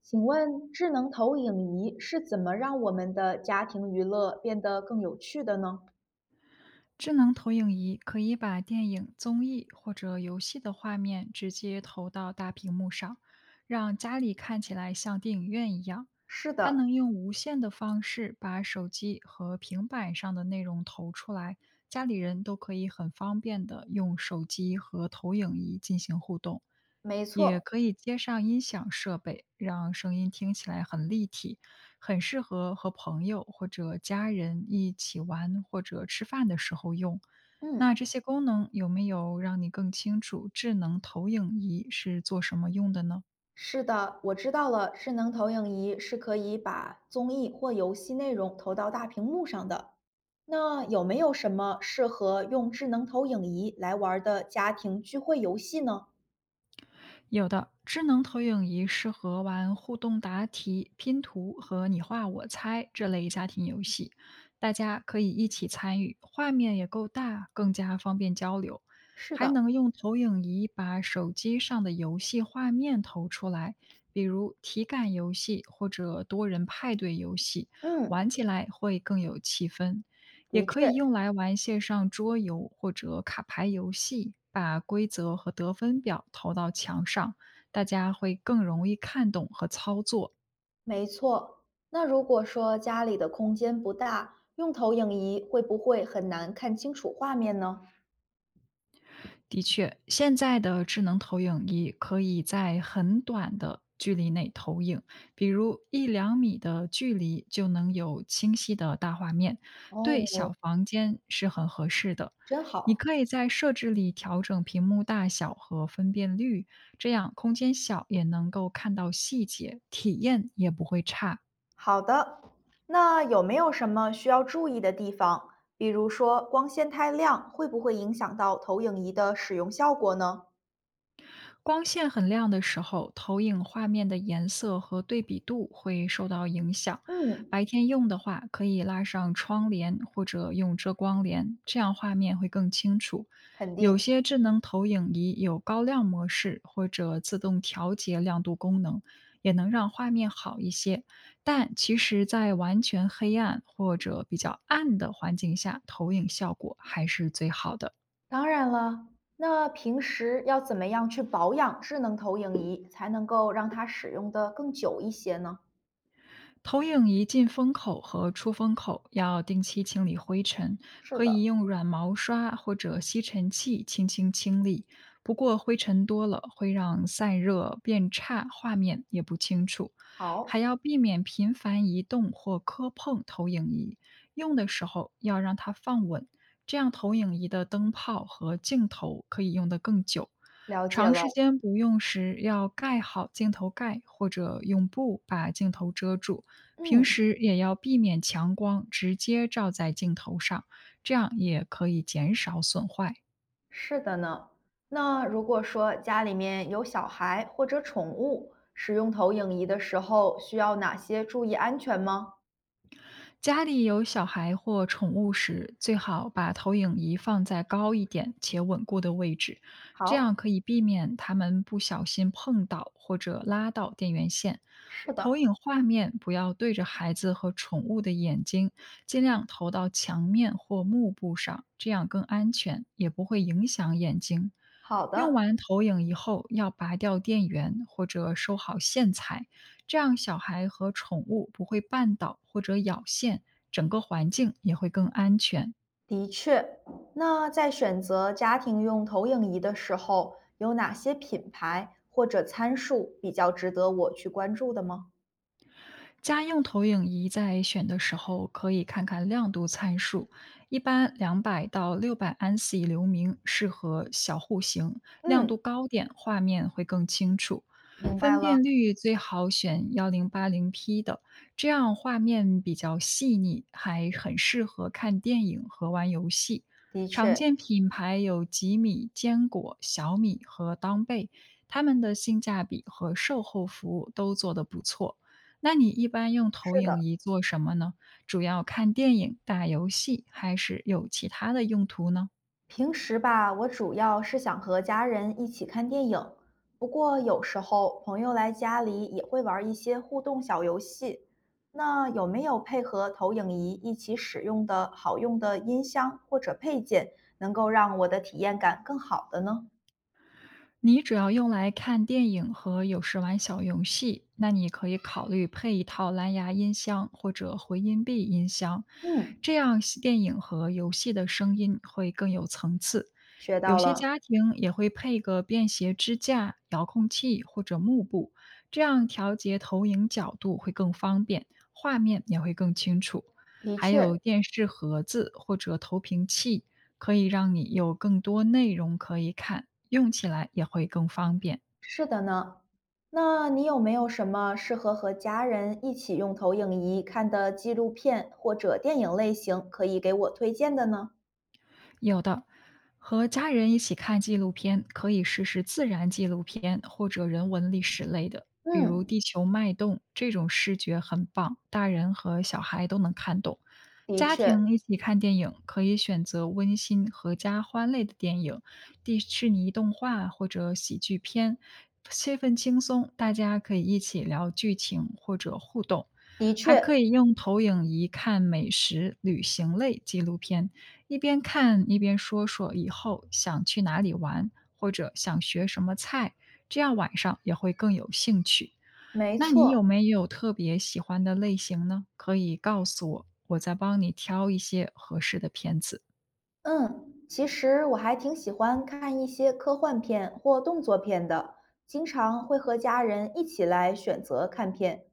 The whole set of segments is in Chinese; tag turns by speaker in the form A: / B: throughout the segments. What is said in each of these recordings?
A: 请问智能投影仪是怎么让我们的家庭娱乐变得更有趣的呢？
B: 智能投影仪可以把电影、综艺或者游戏的画面直接投到大屏幕上，让家里看起来像电影院一样。
A: 是
B: 它
A: 的，
B: 能用无线的方式把手机和平板上的内容投出来，家里人都可以很方便的用手机和投影仪进行互动。
A: 没
B: 也
A: 错，
B: 可以接上音响设备，让声音听起来很立体，很适合和朋友或者家人一起玩或者吃饭的时候用。那
A: 嗯，
B: 这些功能有没有让你更清楚智能投影仪是做什么用的呢？
A: 是的，我知道了。智能投影仪是可以把综艺或游戏内容投到大屏幕上的。那有没有什么适合用智能投影仪来玩儿的家庭聚会游戏呢？
B: 有的智能投影仪适合玩互动答题、拼图和你画我猜这类家庭游戏，大家可以一起参与，画面也够大，更加方便交流。
A: 是
B: 还
A: 的，
B: 能用投影仪把手机上的游戏画面投出来，比如体感游戏或者多人派对游戏，
A: 嗯，
B: 玩起来会更有气氛。也
A: 的
B: 可
A: 确，
B: 以用来玩线上桌游或者卡牌游戏，把规则和得分表投到墙上，大家会更容易看懂和操作。
A: 没错，那如果说家里的空间不大，用投影仪会不会很难看清楚画面呢？
B: 的确，现在的智能投影仪可以在很短的距离内投影，比如一两米的距离就能有清晰的大画面，对
A: 哦，
B: 小房间是很合适的。
A: 真
B: 你
A: 好。
B: 可以在设置里调整屏幕大小和分辨率，这样空间小也能够看到细节，体验也不会差。
A: 好的，那有没有什么需要注意的地方？比如说光线太亮，会不会影响到投影仪的使用效果呢？
B: 光线很亮的时候，投影画面的颜色和对比度会受到影响。
A: 嗯，
B: 白天用的话，可以拉上窗帘或者用遮光帘，这样画面会更清楚。
A: 肯
B: 有
A: 定。
B: 些智能投影仪有高亮模式或者自动调节亮度功能，也能让画面好一些。但其实，在完全黑暗或者比较暗的环境下，投影效果还是最好的。
A: 当然了，那平时要怎么样去保养智能投影仪，才能够让它使用的更久一些呢？
B: 投影仪进风口和出风口要定期清理灰尘，
A: 是
B: 可以
A: 的，
B: 用软毛刷或者吸尘器轻轻清理。不过灰尘多了会让散热变差，画面也不清楚。还
A: 好，
B: 要避免频繁移动或磕碰投影仪，用的时候要让它放稳，这样投影仪的灯泡和镜头可以用得更久。
A: 了解
B: 长
A: 了。
B: 时间不用时要盖好镜头盖，或者用布把镜头遮住。平
A: 嗯，
B: 时也要避免强光直接照在镜头上，这样也可以减少损坏。
A: 是的呢。那如果说家里面有小孩或者宠物，使用投影仪的时候需要哪些注意安全吗？
B: 家里有小孩或宠物时，最好把投影仪放在高一点且稳固的位置，这样
A: 好，
B: 可以避免他们不小心碰到或者拉到电源线。
A: 是
B: 投
A: 的，
B: 影画面不要对着孩子和宠物的眼睛，尽量投到墙面或幕布上，这样更安全，也不会影响眼睛。
A: 好
B: 用
A: 的，
B: 完投影仪后，要拔掉电源或者收好线材，这样小孩和宠物不会绊倒或者咬线，整个环境也会更安全。
A: 的确。那在选择家庭用投影仪的时候，有哪些品牌或者参数比较值得我去关注的吗？
B: 家用投影仪在选的时候，可以看看亮度参数，一般200到600安西流明适合小户型，亮度
A: 嗯，
B: 高点画面会更清楚。
A: 明白
B: 分
A: 了，
B: 辨率最好选1080P 的，这样画面比较细腻，还很适合看电影和玩游戏。
A: 的
B: 常
A: 确，
B: 见品牌有吉米、坚果、小米和当贝，他们的性价比和售后服务都做得不错。那你一般用投
A: 是
B: 影
A: 的。
B: 仪做什么呢？主要看电影、打游戏，还是有其他的用途呢？
A: 平时吧，我主要是想和家人一起看电影，不过有时候朋友来家里也会玩一些互动小游戏。那有没有配合投影仪一起使用的好用的音箱或者配件，能够让我的体验感更好的呢？
B: 你主要用来看电影和有时玩小游戏，那你可以考虑配一套蓝牙音箱或者回音壁音箱，
A: 嗯，
B: 这样电影和游戏的声音会更有层次。
A: 学
B: 有
A: 到
B: 些
A: 了，
B: 家庭也会配个便携支架、遥控器或者幕布，这样调节投影角度会更方便，画面也会更清楚。
A: 的
B: 还
A: 确
B: 有电视盒子或者投屏器，可以让你有更多内容可以看，用起来也会更方便。
A: 是的呢。那你有没有什么适合和家人一起用投影仪看的纪录片或者电影类型可以给我推荐的呢？
B: 有的，和家人一起看纪录片，可以试试自然纪录片或者人文历史类的，比如
A: 嗯。
B: 《地球脉动》这种视觉很棒，大人和小孩都能看懂。
A: 的
B: 家
A: 确，
B: 庭一起看电影，可以选择温馨、合家欢类的电影，迪士尼动画或者喜剧片，气氛轻松，大家可以一起聊剧情或者互动。
A: 的
B: 还
A: 确，
B: 可以用投影仪看美食、旅行类纪录片，一边看一边说说以后想去哪里玩，或者想学什么菜，这样晚上也会更有兴趣。
A: 没
B: 那你
A: 错。
B: 有没有特别喜欢的类型呢？可以告诉我，我再帮你挑一些合适的片子。
A: 嗯，其实我还挺喜欢看一些科幻片或动作片的，经常会和家人一起来选择看片。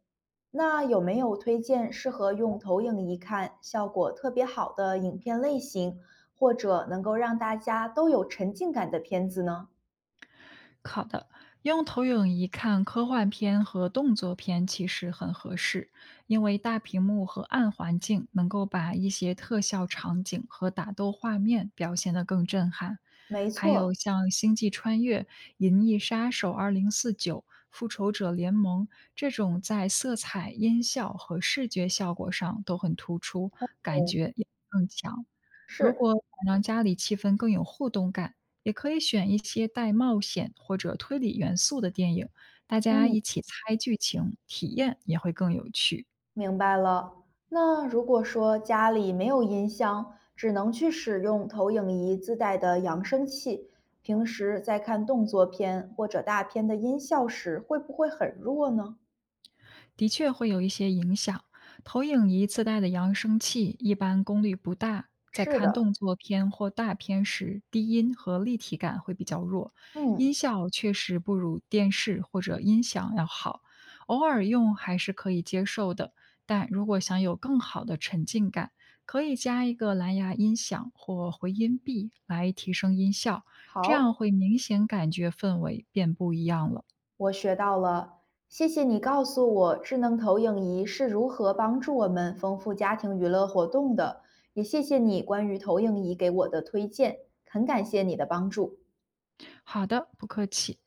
A: 那有没有推荐适合用投影仪看，效果特别好的影片类型，或者能够让大家都有沉浸感的片子呢？
B: 好的，用投影仪看科幻片和动作片其实很合适，因为大屏幕和暗环境能够把一些特效场景和打斗画面表现得更震撼。
A: 没
B: 还有
A: 错，
B: 像《星际穿越》《银翼杀手2049》《复仇者联盟》这种在色彩、音效和视觉效果上都很突出，感
A: 嗯，
B: 觉也更强。如
A: 是，
B: 果想让家里气氛更有互动感，也可以选一些带冒险或者推理元素的电影，大家
A: 嗯。
B: 一起猜剧情，体验也会更有趣。
A: 明白了。那如果说家里没有音箱，只能去使用投影仪自带的扬声器，平时在看动作片或者大片的音效时，会不会很弱呢？
B: 的确会有一些影响。投影仪自带的扬声器一般功率不大，在
A: 是
B: 看
A: 的，
B: 动作片或大片时，低音和立体感会比较弱，
A: 嗯，
B: 音效确实不如电视或者音响要好，偶尔用还是可以接受的。但如果想有更好的沉浸感，可以加一个蓝牙音响或回音壁来提升音效，这样
A: 好，
B: 会明显感觉氛围变不一样了。
A: 我学到了，谢谢你告诉我智能投影仪是如何帮助我们丰富家庭娱乐活动的，也谢谢你关于投影仪给我的推荐，很感谢你的帮助。
B: 好的，不客气。